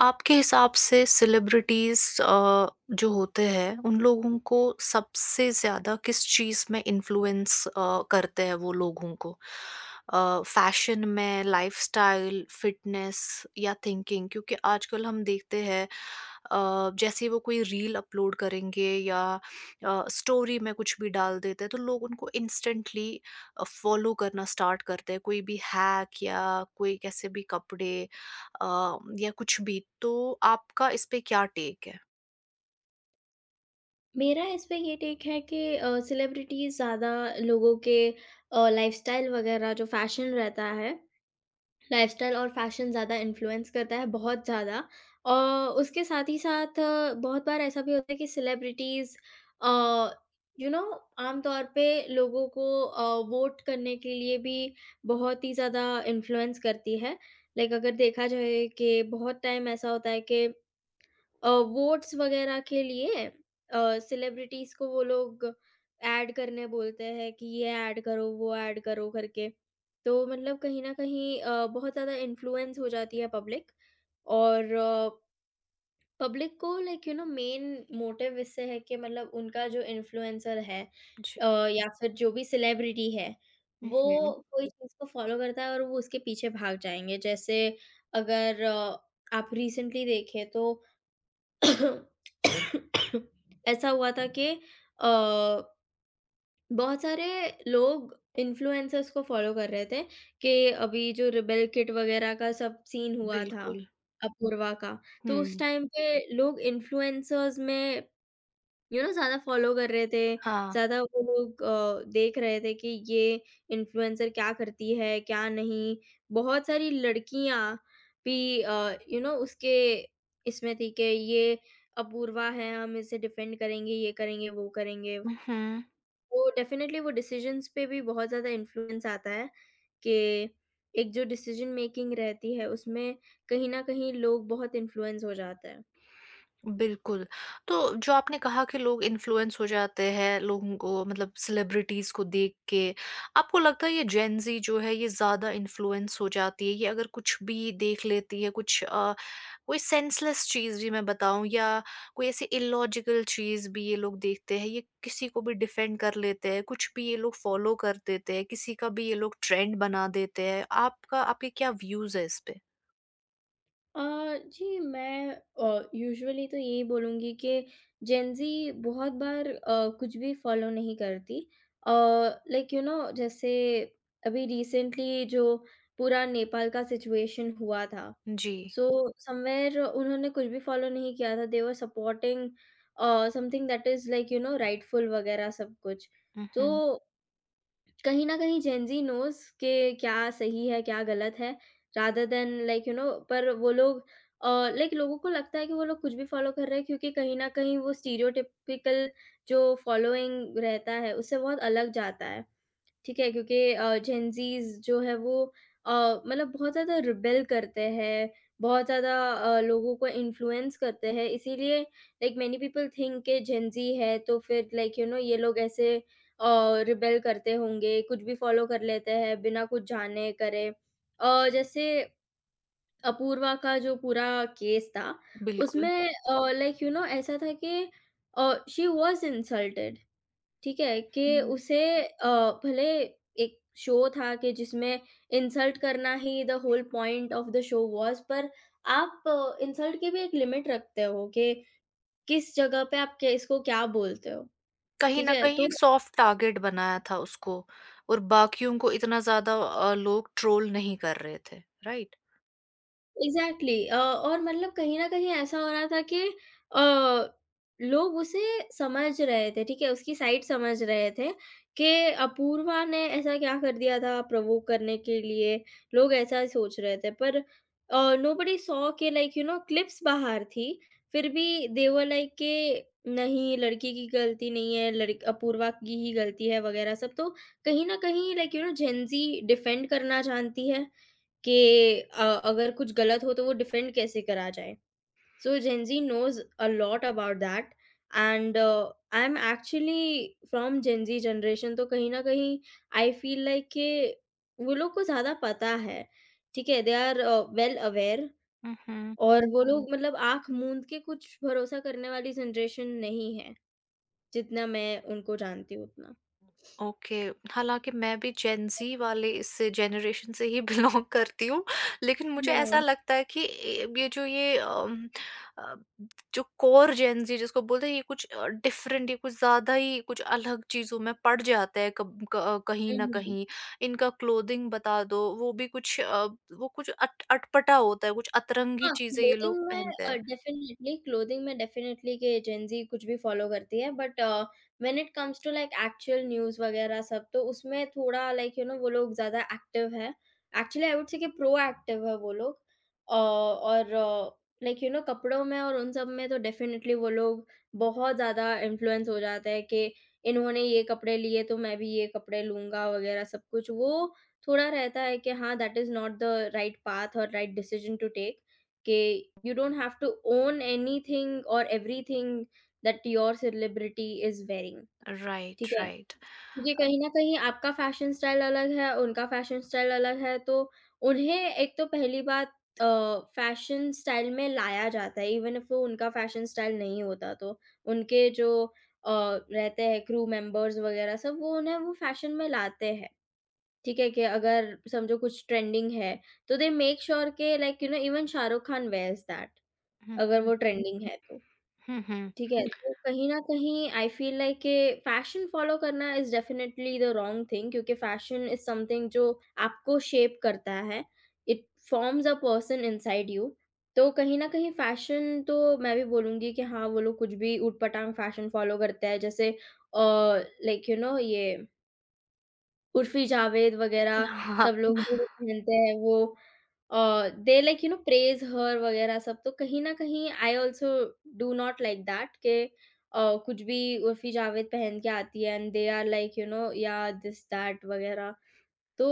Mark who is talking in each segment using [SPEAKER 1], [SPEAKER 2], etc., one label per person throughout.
[SPEAKER 1] आपके हिसाब से सेलिब्रिटीज़ जो होते हैं उन लोगों को सबसे ज़्यादा किस चीज़ में इन्फ्लुएंस करते हैं वो? लोगों को फैशन में, लाइफस्टाइल, फिटनेस या थिंकिंग? क्योंकि आजकल हम देखते हैं जैसे ही वो कोई रील अपलोड करेंगे या स्टोरी में कुछ भी डाल देते हैं तो लोग उनको इंस्टेंटली फॉलो करना स्टार्ट करते हैं, कोई भी हैक या कोई कैसे भी कपड़े या कुछ भी, तो आपका इस पे क्या टेक है?
[SPEAKER 2] मेरा इस पे ये टेक है कि सेलिब्रिटीज़ ज़्यादा लोगों के लाइफ़स्टाइल वगैरह जो फ़ैशन रहता है, लाइफ़स्टाइल और फ़ैशन ज़्यादा इन्फ्लुएंस करता है, बहुत ज़्यादा। अ, उसके साथ ही साथ बहुत बार ऐसा भी होता है कि सेलिब्रिटीज़ अ, यू नो आम तौर पे लोगों को वोट करने के लिए भी बहुत ही ज़्यादा इन्फ्लुएंस करती है। लाइक अगर देखा जाए कि बहुत टाइम ऐसा होता है कि अ, वोट्स वगैरह के लिए सेलिब्रिटीज़ को वो लोग ऐड करने बोलते हैं कि ये ऐड करो, वो ऐड करो करके। तो मतलब कहीं न कहीं बहुत ज़्यादा इन्फ्लुएंस हो जाती है पब्लिक और पब्लिक को like you know main motive इससे है कि मतलब उनका जो इन्फ्लुएंसर है
[SPEAKER 1] जी।
[SPEAKER 2] या फिर जो भी सेलिब्रिटी है, वो
[SPEAKER 1] हुँ।
[SPEAKER 2] कोई चीज़ को फ़ॉलो करता है और वो उसके पीछे भाग जाएँगे। जैसे अगर आप रिसेंटली देखें तो ऐसा हुआ था कि अ, बहुत सारे लोग इन्फ्लुएंसर्स को फॉलो कर रहे थे कि अभी जो रिबेल किट वगैरह का सब सीन हुआ था
[SPEAKER 1] बिल्कुल।
[SPEAKER 2] अपूर्वा का। तो उस
[SPEAKER 1] हुँ।
[SPEAKER 2] टाइम पे लोग इन्फ्लुएंसर्स में यू नो ज़्यादा फ़ॉलो कर रहे थे,
[SPEAKER 1] हाँ।
[SPEAKER 2] ज़्यादा वो लोग देख रहे थे कि ये इन्फ्लुएंसर क्या करती है, क्या नहीं। बहुत सारी लड़कियाँ भी यू नो उसके इसमें थी कि ये अपूर्वा है, हम इसे डिफेंड करेंगे, ये करेंगे।
[SPEAKER 1] उहुँ।
[SPEAKER 2] वो डेफ़िनेटली वो डिसीज़न्स पे भी बहुत ज़्यादा इन्फ्लुएंस आता है कि एक जो डिसीज़न मेकिंग रहती है, उसमें कहीं न कहीं लोग बहुत इन्फ्लुएंस हो जाते हैं।
[SPEAKER 1] बिल्कुल। तो जो आपने कहा कि लोग इन्फ्लुएंस हो जाते हैं, लोगों को मतलब सेलिब्रिटीज़ को देख के, आपको लगता है ये जेन ज़ी जो है ये ज़्यादा इन्फ्लुएंस हो जाती है? ये अगर कुछ भी देख लेती है, कुछ कोई सेंसलेस चीज़ भी मैं बताऊँ या कोई ऐसी इलॉजिकल चीज़ भी ये लोग देखते हैं, ये किसी को भी डिफेंड कर लेते हैं, कुछ भी ये लोग फॉलो कर देते हैं, किसी का भी ये लोग ट्रेंड बना देते हैं। आपका आपके क्या व्यूज़ है इस पे?
[SPEAKER 2] अ, जी मैं यूजुअली तो यही बोलूँगी कि जेन ज़ी बहुत बार कुछ भी फ़ॉलो नहीं करती। अ, लाइक यू नो जैसे अभी रिसेंटली जो पूरा नेपाल का सिचुएशन हुआ था।
[SPEAKER 1] जी।
[SPEAKER 2] सो समव्हेयर उन्होंने कुछ भी फ़ॉलो नहीं किया था। They were supporting something that is like you know rightful वग़ैरह सब कुछ।
[SPEAKER 1] हुँ,
[SPEAKER 2] तो
[SPEAKER 1] हुँ।
[SPEAKER 2] कहीं न कहीं जेन ज़ी नोज़ के क्या सही है, क्या गलत है, rather than like you know. पर वो लोग अ, लाइक लोगों को लगता है कि वो लोग कुछ भी फ़ॉलो कर रहे हैं, क्योंकि कहीं न कहीं वो स्टीरियोटिपिकल जो फ़ॉलोइंग रहता है, उससे बहुत अलग जाता है। ठीक है, क्योंकि जेनज़ीज़ जो है वो अ, मतलब बहुत ज़्यादा रिबेल करते हैं, बहुत ज़्यादा लोगों को इन्फ्लुएंस करते हैं, इसीलिए लाइक मैनी पीपल थिंक के जेनज़ी है, तो फिर लाइक यू नो ये लोग ऐसे रिबेल करते होंगे, कुछ भी फ़ॉलो कर लेते हैं बिना कुछ जाने करे। जैसे अपूर्वा का जो पूरा केस था,
[SPEAKER 1] बिल्कुल।
[SPEAKER 2] उसमें लाइक यू नो ऐसा था कि शी वाज़ इंसल्टेड। ठीक है? कि
[SPEAKER 1] हुँ।
[SPEAKER 2] उसे भले एक शो था कि जिसमें इंसल्ट करना ही the whole point of the show was. पर आप इंसल्ट की भी एक लिमिट रखते हो कि किस जगह पे आप क इसको क्या बोलते हो,
[SPEAKER 1] कहीं
[SPEAKER 2] ठीक
[SPEAKER 1] न
[SPEAKER 2] है?
[SPEAKER 1] कहीं
[SPEAKER 2] तो
[SPEAKER 1] एक सॉफ्ट टारगेट बनाया था उसको, और बाकियों को इतना ज़्यादा लोग ट्रोल नहीं कर रहे थे, राइट?
[SPEAKER 2] एग्ज़ैक्टली। और मतलब कहीं न कहीं ऐसा हो रहा था कि अ, लोग उसे समझ रहे थे, ठीक है? उसकी साइड समझ रहे थे कि अपूर्वा ने ऐसा क्या कर दिया था प्रोवोक करने के लिए, लोग ऐसा ही सोच रहे थे। पर नोबडी सॉ के लाइक यू नो क्लिप्स बाहर थी, फिर भी दे वर लाइक के नहीं, लड़की की गलती नहीं है, लड़क अपूर्वा की ही गलती है वगैरह सब। तो कहीं न कहीं like you know Gen Z defend करना जानती है। कि अगर कुछ गलत हो तो वो डिफेंड कैसे करा जाए। So Gen Z knows a lot about that and I am actually from Gen Z generation. तो कहीं न कहीं आई फील लाइक कि वो लोग को ज़्यादा पता है, ठीक है? They are well aware.
[SPEAKER 1] हुँ, हुँ।
[SPEAKER 2] और वो हुँ। लोग मतलब आँख मूंद के कुछ भरोसा करने वाली जनरेशन नहीं है, जितना मैं उनको जानती हूँ उतना।
[SPEAKER 1] ओके। हालांकि मैं भी जेन जी वाले इस जनरेशन से ही बिलोंग करती हूँ, लेकिन मुझे
[SPEAKER 2] हाँ।
[SPEAKER 1] ऐसा लगता है कि ये जो ये अ, जो कोर जेन जी जिसको बोलते हैं ये कुछ डिफरेंट, ये कुछ ज़्यादा ही कुछ अलग चीज़ों में पड़ जाता है। कहीं
[SPEAKER 2] हुँ,
[SPEAKER 1] ना
[SPEAKER 2] हुँ।
[SPEAKER 1] कहीं इनका क्लोथिंग बता दो, वो भी कुछ वो कुछ अटपटा होता है, कुछ अतरंगी
[SPEAKER 2] हाँ,
[SPEAKER 1] चीज़ें ये
[SPEAKER 2] क्लोथिंग
[SPEAKER 1] लोग
[SPEAKER 2] में
[SPEAKER 1] पहनते हैं।
[SPEAKER 2] डेफ़िनिटली क्लोथिंग में डेफ़िनिटली के जेन ज़ी कुछ भी फ़ॉलो करती है, but when it comes to like actual news वग़ैरह सब तो उसमें थोड़ा लाइक यू नो वो लोग ज़्यादा एक्टिव है। एक्चुअली आई वुड से कि प्रोएक्टिव है वो लोग। और लाइक यू नो कपड़ों में और उन सब में तो डेफ़िनिटली वो लोग बहुत ज़्यादा इन्फ्लुएंस हो जाते हैं कि इन्होंने ये कपड़े लिए तो मैं भी ये कपड़े लूँगा वग़ैरह सब कुछ। वो थोड़ा रहता है कि हाँ, that is not the right path और right decision to take. Okay, you don't have to own anything or everything that your celebrity is wearing,
[SPEAKER 1] right,
[SPEAKER 2] ठीक है?
[SPEAKER 1] राइट।
[SPEAKER 2] क्योंकि कहीं न कहीं आपका फ़ैशन स्टाइल अलग है, उनका फ़ैशन स्टाइल अलग है, तो उन्हें एक तो पहली बात अ, फ़ैशन स्टाइल में लाया जाता है, इवन इफ वो उनका फ़ैशन स्टाइल नहीं होता तो। उनके जो रहते हैं क्रू मेंबर्स वगैरह सब, वो उन्हें वो फ़ैशन में लाते हैं, ठीक है? कि अगर समझो कुछ ट्रेंडिंग है, तो दे मेक श्योर के like you know even Shahrukh Khan wears that.
[SPEAKER 1] हम्म,
[SPEAKER 2] अगर
[SPEAKER 1] हम्म।
[SPEAKER 2] वो ट्रेंडिंग है तो,
[SPEAKER 1] हम्म।
[SPEAKER 2] ठीक है? तो कहीं न कहीं आई फ़ील लाइक के फैशन फ़ॉलो करना is definitely the wrong thing, क्योंकि फैशन इज़ समथिंग जो आपको शेप करता है। It forms a person inside you. तो कहीं न कहीं फैशन तो मैं भी बोलूँगी कि हाँ, वो लोग कुछ भी ऊट-पटांग फैशन फ़ॉलो करते हैं। जैसे लाइक यू नो ये उर्फ़ी जावेद वग़ैरह
[SPEAKER 1] हाँ।
[SPEAKER 2] सब लोग हुँ। जो भी पहनते हैं, वो they like you know praise her वग़ैरह सब। तो कहीं न कहीं I also do not like that के कुछ भी उर्फ़ी जावेद पहन के आती है and they are like you know या दिस दैट वग़ैरह। तो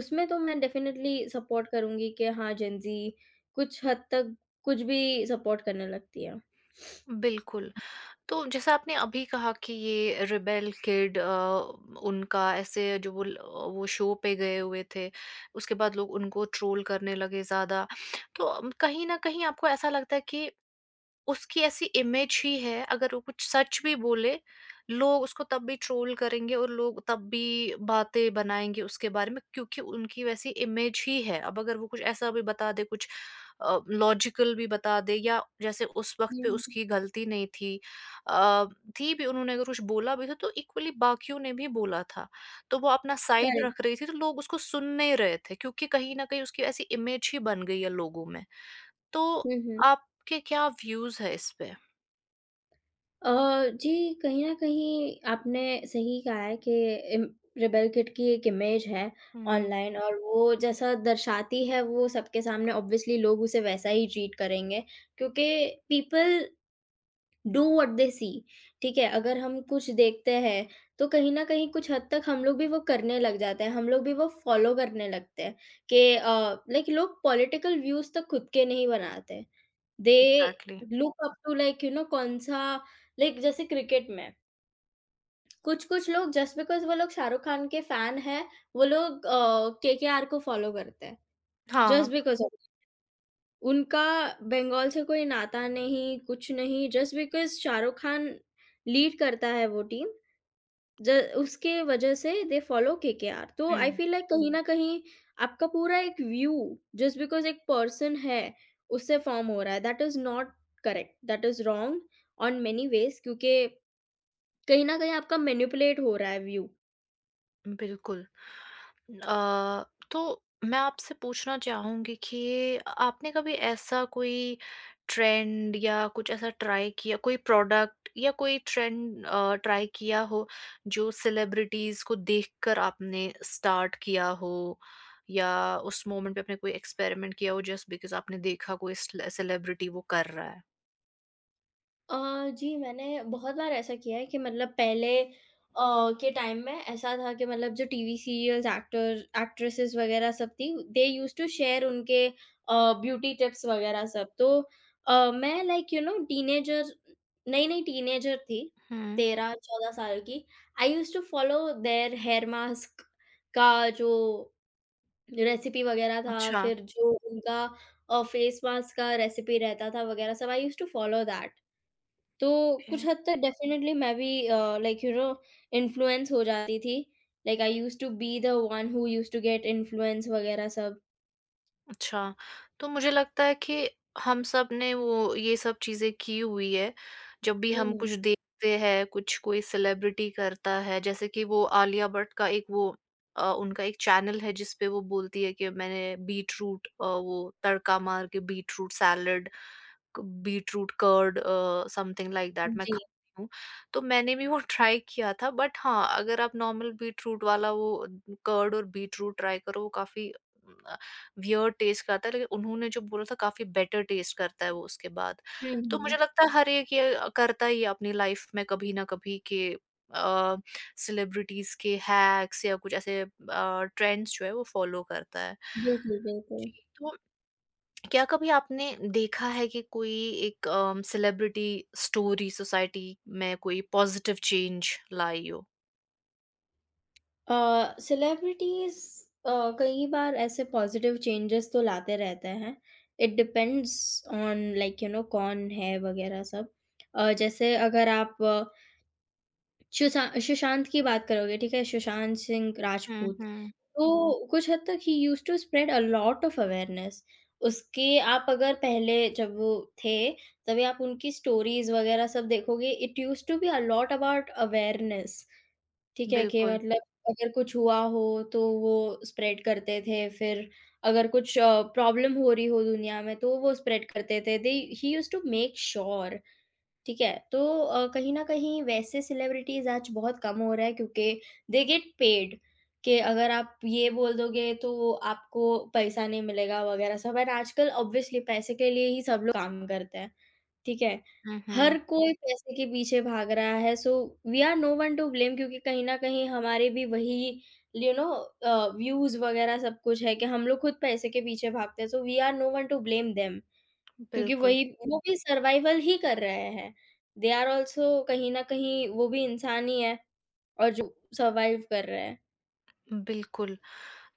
[SPEAKER 2] उसमें तो मैं डेफ़िनिटली सपोर्ट करूँगी कि हाँ, जेनज़ी कुछ हद तक कुछ भी सपोर्ट करने लगती है।
[SPEAKER 1] बिल्कुल। तो जैसा आपने अभी कहा कि ये रिबेल किड उनका, ऐसे जो वो वो शो पे गए हुए थे, उसके बाद लोग उनको ट्रोल करने लगे ज़्यादा। तो कहीं ना कहीं आपको ऐसा लगता है कि उसकी ऐसी इमेज ही है, अगर वो कुछ सच भी बोले, लोग उसको तब भी ट्रोल करेंगे और लोग तब भी बातें बनाएँगे उसके बारे में, क्योंकि उनकी वैसी इमेज ही है। अब अगर वो कुछ ऐसा भी बता दे, कुछ लॉजिकल भी बता दे, या जैसे उस वक़्त पे
[SPEAKER 2] हुँ,
[SPEAKER 1] उसकी गलती नहीं थी, अ, थी भी, उन्होंने अगर कुछ बोला भी था, तो इक्वली बाकियों ने भी बोला था। तो वो अपना साइड
[SPEAKER 2] करेक्ट।
[SPEAKER 1] रख रही थी, तो लोग उसको सुन नहीं रहे थे क्योंकि कहीं न कहीं उसकी ऐसी इमेज ही बन गई है लोगों में। तो
[SPEAKER 2] हुँ, हुँ।
[SPEAKER 1] आपके क्या व्यूज़ है इस पे?
[SPEAKER 2] अ, जी, कहीं न कहीं आपने सही कहा है कि इम रेबेल किड की एक इमेज है
[SPEAKER 1] हुँ,
[SPEAKER 2] ऑनलाइन, और वो जैसा दर्शाती है वो सबके सामने, ऑब्वियसली लोग उसे वैसा ही ट्रीट करेंगे क्योंकि people do what they see. ठीक है, अगर हम कुछ देखते हैं, तो कहीं न कहीं कुछ हद तक हम लोग भी वो करने लग जाते हैं, हम लोग भी वो फ़ॉलो करने लगते हैं कि लाइक लोग पॉलिटिकल व्यूज़ तक खुद के नहीं बनाते। They
[SPEAKER 1] exactly.
[SPEAKER 2] Look up to like you know कौन-सा। लाइक जैसे क्रिकेट में, कुछ-कुछ लोग जस्ट बिकॉज़ वो लोग शाहरुख खान के फैन हैं, वो लोग केकेआर को फ़ॉलो करते हैं, जस्ट
[SPEAKER 1] हाँ,
[SPEAKER 2] बिकॉज़ ऑफ उनका बंगाल से कोई नाता नहीं, कुछ नहीं, just because Shahrukh Khan lead करता है वो टीम, ज उसके वजह से दे फॉलो केकेआर। तो आई
[SPEAKER 1] हुँ,
[SPEAKER 2] फ़ील लाइक कहीं हुँ। न कहीं आपका पूरा एक व्यू जस्ट बिकॉज़ एक पर्सन है, उससे फ़ॉर्म हो रहा है, that is not correct, that is wrong on many ways, क्योंकि कहीं न कहीं आपका मैनिपुलेट हो रहा है व्यू।
[SPEAKER 1] बिल्कुल। अ, तो मैं आपसे पूछना चाहूँगी कि आपने कभी ऐसा कोई ट्रेंड या कुछ ऐसा ट्राई किया, कोई प्रोडक्ट या कोई ट्रेंड ट्राई किया हो जो सेलिब्रिटीज़ को देखकर आपने स्टार्ट किया हो? या उस मोमेंट पे आपने कोई एक्सपेरिमेंट किया हो जस्ट बिकॉज़ आपने देखा कोई स्ले सेलिब्रिटी वो कर रहा है?
[SPEAKER 2] जी, मैंने बहुत बार ऐसा किया है कि मतलब पहले के टाइम में ऐसा था कि मतलब जो टीवी सीरियल्स, एक्टर एक्ट्रेसेस वगैरह सब थी, दे यूज्ड टू शेयर उनके ब्यूटी टिप्स वगैरह सब। तो मैं लाइक यू नो टीनेजर नई-नई टीनेजर थी,
[SPEAKER 1] हुँ,
[SPEAKER 2] 13-14 साल की। I used to follow their hair mask का जो रेसिपी वगैरह था,
[SPEAKER 1] अच्छा।
[SPEAKER 2] फिर जो उनका फेस मास्क का रेसिपी रहता था वगैरह सब, I used to follow that. तो
[SPEAKER 1] ओके,
[SPEAKER 2] कुछ हद तक डेफ़िनेटली मैं भी लाइक यू नो इन्फ्लुएंस हो जाती थी। Like I used to be the one who used to get influence वग़ैरह सब।
[SPEAKER 1] अच्छा। तो मुझे लगता है कि हम सब ने वो ये सब चीज़ें की हुई है। जब भी हम
[SPEAKER 2] हुँ।
[SPEAKER 1] कुछ देखते हैं, कुछ कोई सेलिब्रिटी करता है, जैसे कि वो आलिया भट्ट का एक वो उनका एक चैनल है जिस पे वो बोलती है कि मैंने बीटरूट वो तड़का मार के बीटरूट सैलेड, क beetroot curd something like that मैं
[SPEAKER 2] जी।
[SPEAKER 1] खाती हूँ। तो मैंने भी वो ट्राई किया था, बट हाँ, अगर आप नॉर्मल बीटरूट वाला वो कर्ड और बीटरूट ट्राई करो वो काफ़ी वियर्ड टेस्ट करता है, लेकिन उन्होंने जो बोला था काफ़ी बेटर टेस्ट करता है वो उसके बाद।
[SPEAKER 2] हुँ,
[SPEAKER 1] तो मुझे
[SPEAKER 2] हुँ।
[SPEAKER 1] अच्छा। लगता है हर एक ये करता ही है अपनी लाइफ में कभी ना कभी के अ, सेलिब्रिटीज़ के हैक्स या कुछ ऐसे ट्रेंड्स जो है वो फ़ॉलो करता है।
[SPEAKER 2] बिल्कुल, बिल्कुल।
[SPEAKER 1] जी, तो क्या कभी आपने देखा है कि कोई एक सेलिब्रिटी स्टोरी सोसाइटी में कोई पॉज़िटिव चेंज लाई हो?
[SPEAKER 2] सेलिब्रिटीज़ अ, कई बार ऐसे पॉज़िटिव चेंजेस तो लाते रहते हैं। It depends on like you know कौन है वग़ैरह सब। जैसे अगर आप सुशांत की बात करोगे, ठीक है? सुशांत सिंह
[SPEAKER 1] हुँ,
[SPEAKER 2] राजपूत।
[SPEAKER 1] हुँ।
[SPEAKER 2] तो कुछ हद तक ही used to spread a lot of awareness. उसके आप अगर पहले, जब वो थे, तभी आप उनकी स्टोरीज़ वगैरह सब देखोगे, it used to be a lot about awareness, ठीक है? कि
[SPEAKER 1] बिल्कुल।
[SPEAKER 2] मतलब अगर कुछ हुआ हो तो वो स्प्रेड करते थे, फिर अगर कुछ प्रॉब्लम हो रही हो दुनिया में तो वो स्प्रेड करते थे। दे ही यूज्ड टू मेक श्योर। ठीक है, तो कहीं न कहीं वैसे सेलिब्रिटीज़ आज बहुत कम हो रहा है क्योंकि दे गेट पेड कि अगर आप ये बोल दोगे तो आपको पैसा नहीं मिलेगा वगैरह सब, एंड आजकल ऑब्वियसली पैसे के लिए ही सब लोग काम करते हैं, ठीक है?
[SPEAKER 1] हुँ,
[SPEAKER 2] हर
[SPEAKER 1] हुँ।
[SPEAKER 2] कोई पैसे के पीछे भाग रहा है, so we are no one to blame, क्योंकि कहीं न कहीं हमारे भी वही यू नो व्यूज़ वगैरह सब कुछ है कि हम लोग खुद पैसे के पीछे भागते हैं, so we are no one to blame them. क्योंकि
[SPEAKER 1] बिल्कुल,
[SPEAKER 2] वही वो भी सर्वाइवल ही कर रहे हैं। दे आर ऑल्सो कहीं न कहीं वो भी इंसान ही है और जो सर्वाइव कर रहे हैं।
[SPEAKER 1] बिल्कुल।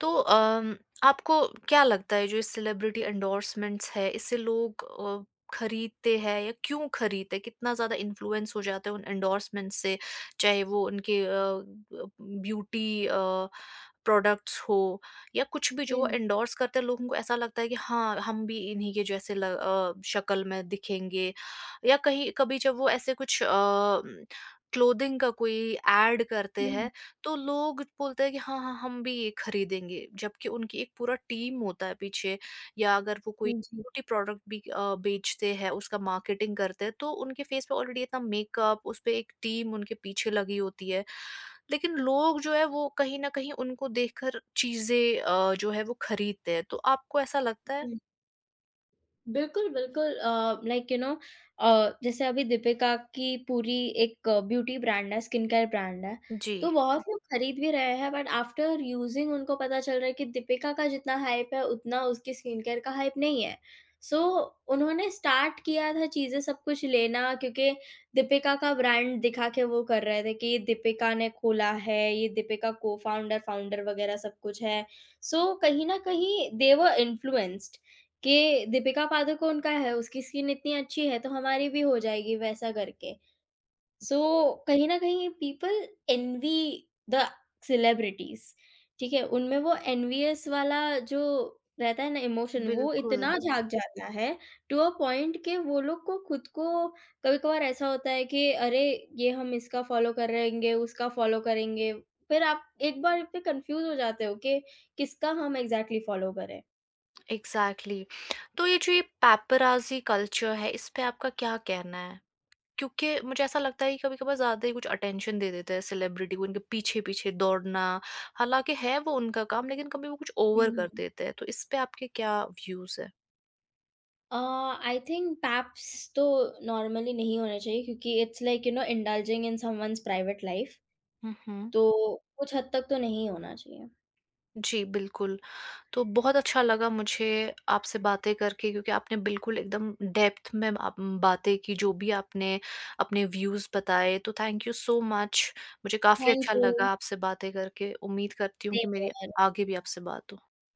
[SPEAKER 1] तो आपको क्या लगता है जो ये सेलिब्रिटी एंडोर्समेंट्स है इससे लोग खरीदते हैं, या क्यों खरीदते हैं? कितना ज़्यादा इन्फ्लुएंस हो जाते हैं उन एंडोर्समेंट से? चाहे वो उनके ब्यूटी प्रोडक्ट्स हो या कुछ भी जो वो
[SPEAKER 2] हुँ,
[SPEAKER 1] एंडोर्स करते हैं, लोगों को ऐसा लगता है कि हाँ, हम भी इन्हीं के जैसे शक्ल में दिखेंगे, या कहीं कभी जब वो ऐसे कुछ क्लोथिंग का कोई ऐड करते हैं तो लोग बोलते हैं कि हाँ हाँ, हम भी ये खरीदेंगे, जबकि उनकी एक पूरा टीम होता है पीछे। या अगर वो कोई
[SPEAKER 2] हुँ, जी।
[SPEAKER 1] ब्यूटी प्रोडक्ट भी बेचते हैं, उसका मार्केटिंग करते हैं, तो उनके फेस पे ऑलरेडी इतना मेकअप, उसपे एक टीम उनके पीछे लगी होती है। लेकिन लोग जो है वो कहीं न कहीं उनको देखकर चीज़ें जो है वो खरीदते हैं, तो आपको ऐसा लगता है?
[SPEAKER 2] बिल्कुल, बिल्कुल। लाइक यू नो जैसे अभी दीपिका की पूरी एक ब्यूटी ब्रांड है, स्किन केयर ब्रांड है,
[SPEAKER 1] जी।
[SPEAKER 2] तो बहुत लोग खरीद भी रहे हैं, बट आफ्टर यूज़िंग उनको पता चल रहा है कि दीपिका का जितना हाइप है उतना उसकी स्किन केयर का हाइप नहीं है। सो so, उन्होंने स्टार्ट किया था चीज़ें सब कुछ लेना, क्योंकि दीपिका का ब्रांड दिखा के वो कर रहे थे कि ये दीपिका ने खोला है, ये दीपिका को-फाउंडर, फाउंडर फाउंडर वगैरह सब कुछ है। सो so, कहीं न कहीं दे वर इन्फ्लुएंस्ड कि दीपिका पादुकोण का है, उसकी स्किन इतनी अच्छी है तो हमारी भी हो जाएगी, वैसा करके। सो so, कहीं न कहीं पीपल एन्वी द सेलिब्रिटीज़, ठीक है? उनमें वो एन्वियस वाला जो रहता है ना इमोशन, वो
[SPEAKER 1] बिल्कुल,
[SPEAKER 2] इतना हुँ। जाग जाता है टू अ पॉइंट कि वो लोग को खुद को कभी-कभार ऐसा होता है कि अरे! ये हम इसका फ़ॉलो करेंगे, उसका फ़ॉलो करेंगे। फिर आप एक बार पे कन्फ्यूज़ हो जाते हो कि किसका हम एग्ज़ैक्टली फ़ॉलो करें।
[SPEAKER 1] एग्ज़ैक्टली। तो ये जो ये पेपराज़ी कल्चर है, इस पे आपका क्या कहना है? क्योंकि मुझे ऐसा लगता है कि कभी-कभार ज़्यादा ही कुछ अटेंशन दे देते हैं सेलिब्रिटी को, उनके पीछे-पीछे दौड़ना। हालाँकि है वो उनका काम, लेकिन कभी वो कुछ
[SPEAKER 2] हुँ,
[SPEAKER 1] ओवर कर
[SPEAKER 2] हुँ।
[SPEAKER 1] देते हैं। तो इस पे आपके क्या व्यूज़ हैं?
[SPEAKER 2] आई थिंक पैप्स तो नॉर्मली नहीं होने चाहिए क्योंकि it's like you know indulging in someone's private life.
[SPEAKER 1] हुँ, हुँ।
[SPEAKER 2] तो कुछ हद तक तो नहीं होना चाहिए।
[SPEAKER 1] जी, बिल्कुल। तो बहुत अच्छा लगा मुझे आपसे बातें करके, क्योंकि आपने बिल्कुल एकदम डेप्थ में आप बातें की, जो भी आपने अपने व्यूज़ बताए। तो थैंक यू सो मच। मुझे काफ़ी
[SPEAKER 2] थैंक
[SPEAKER 1] अच्छा लगा आपसे बातें करके। उम्मीद करती हूँ कि मेरी
[SPEAKER 2] यू
[SPEAKER 1] आगे भी आपसे बात हो।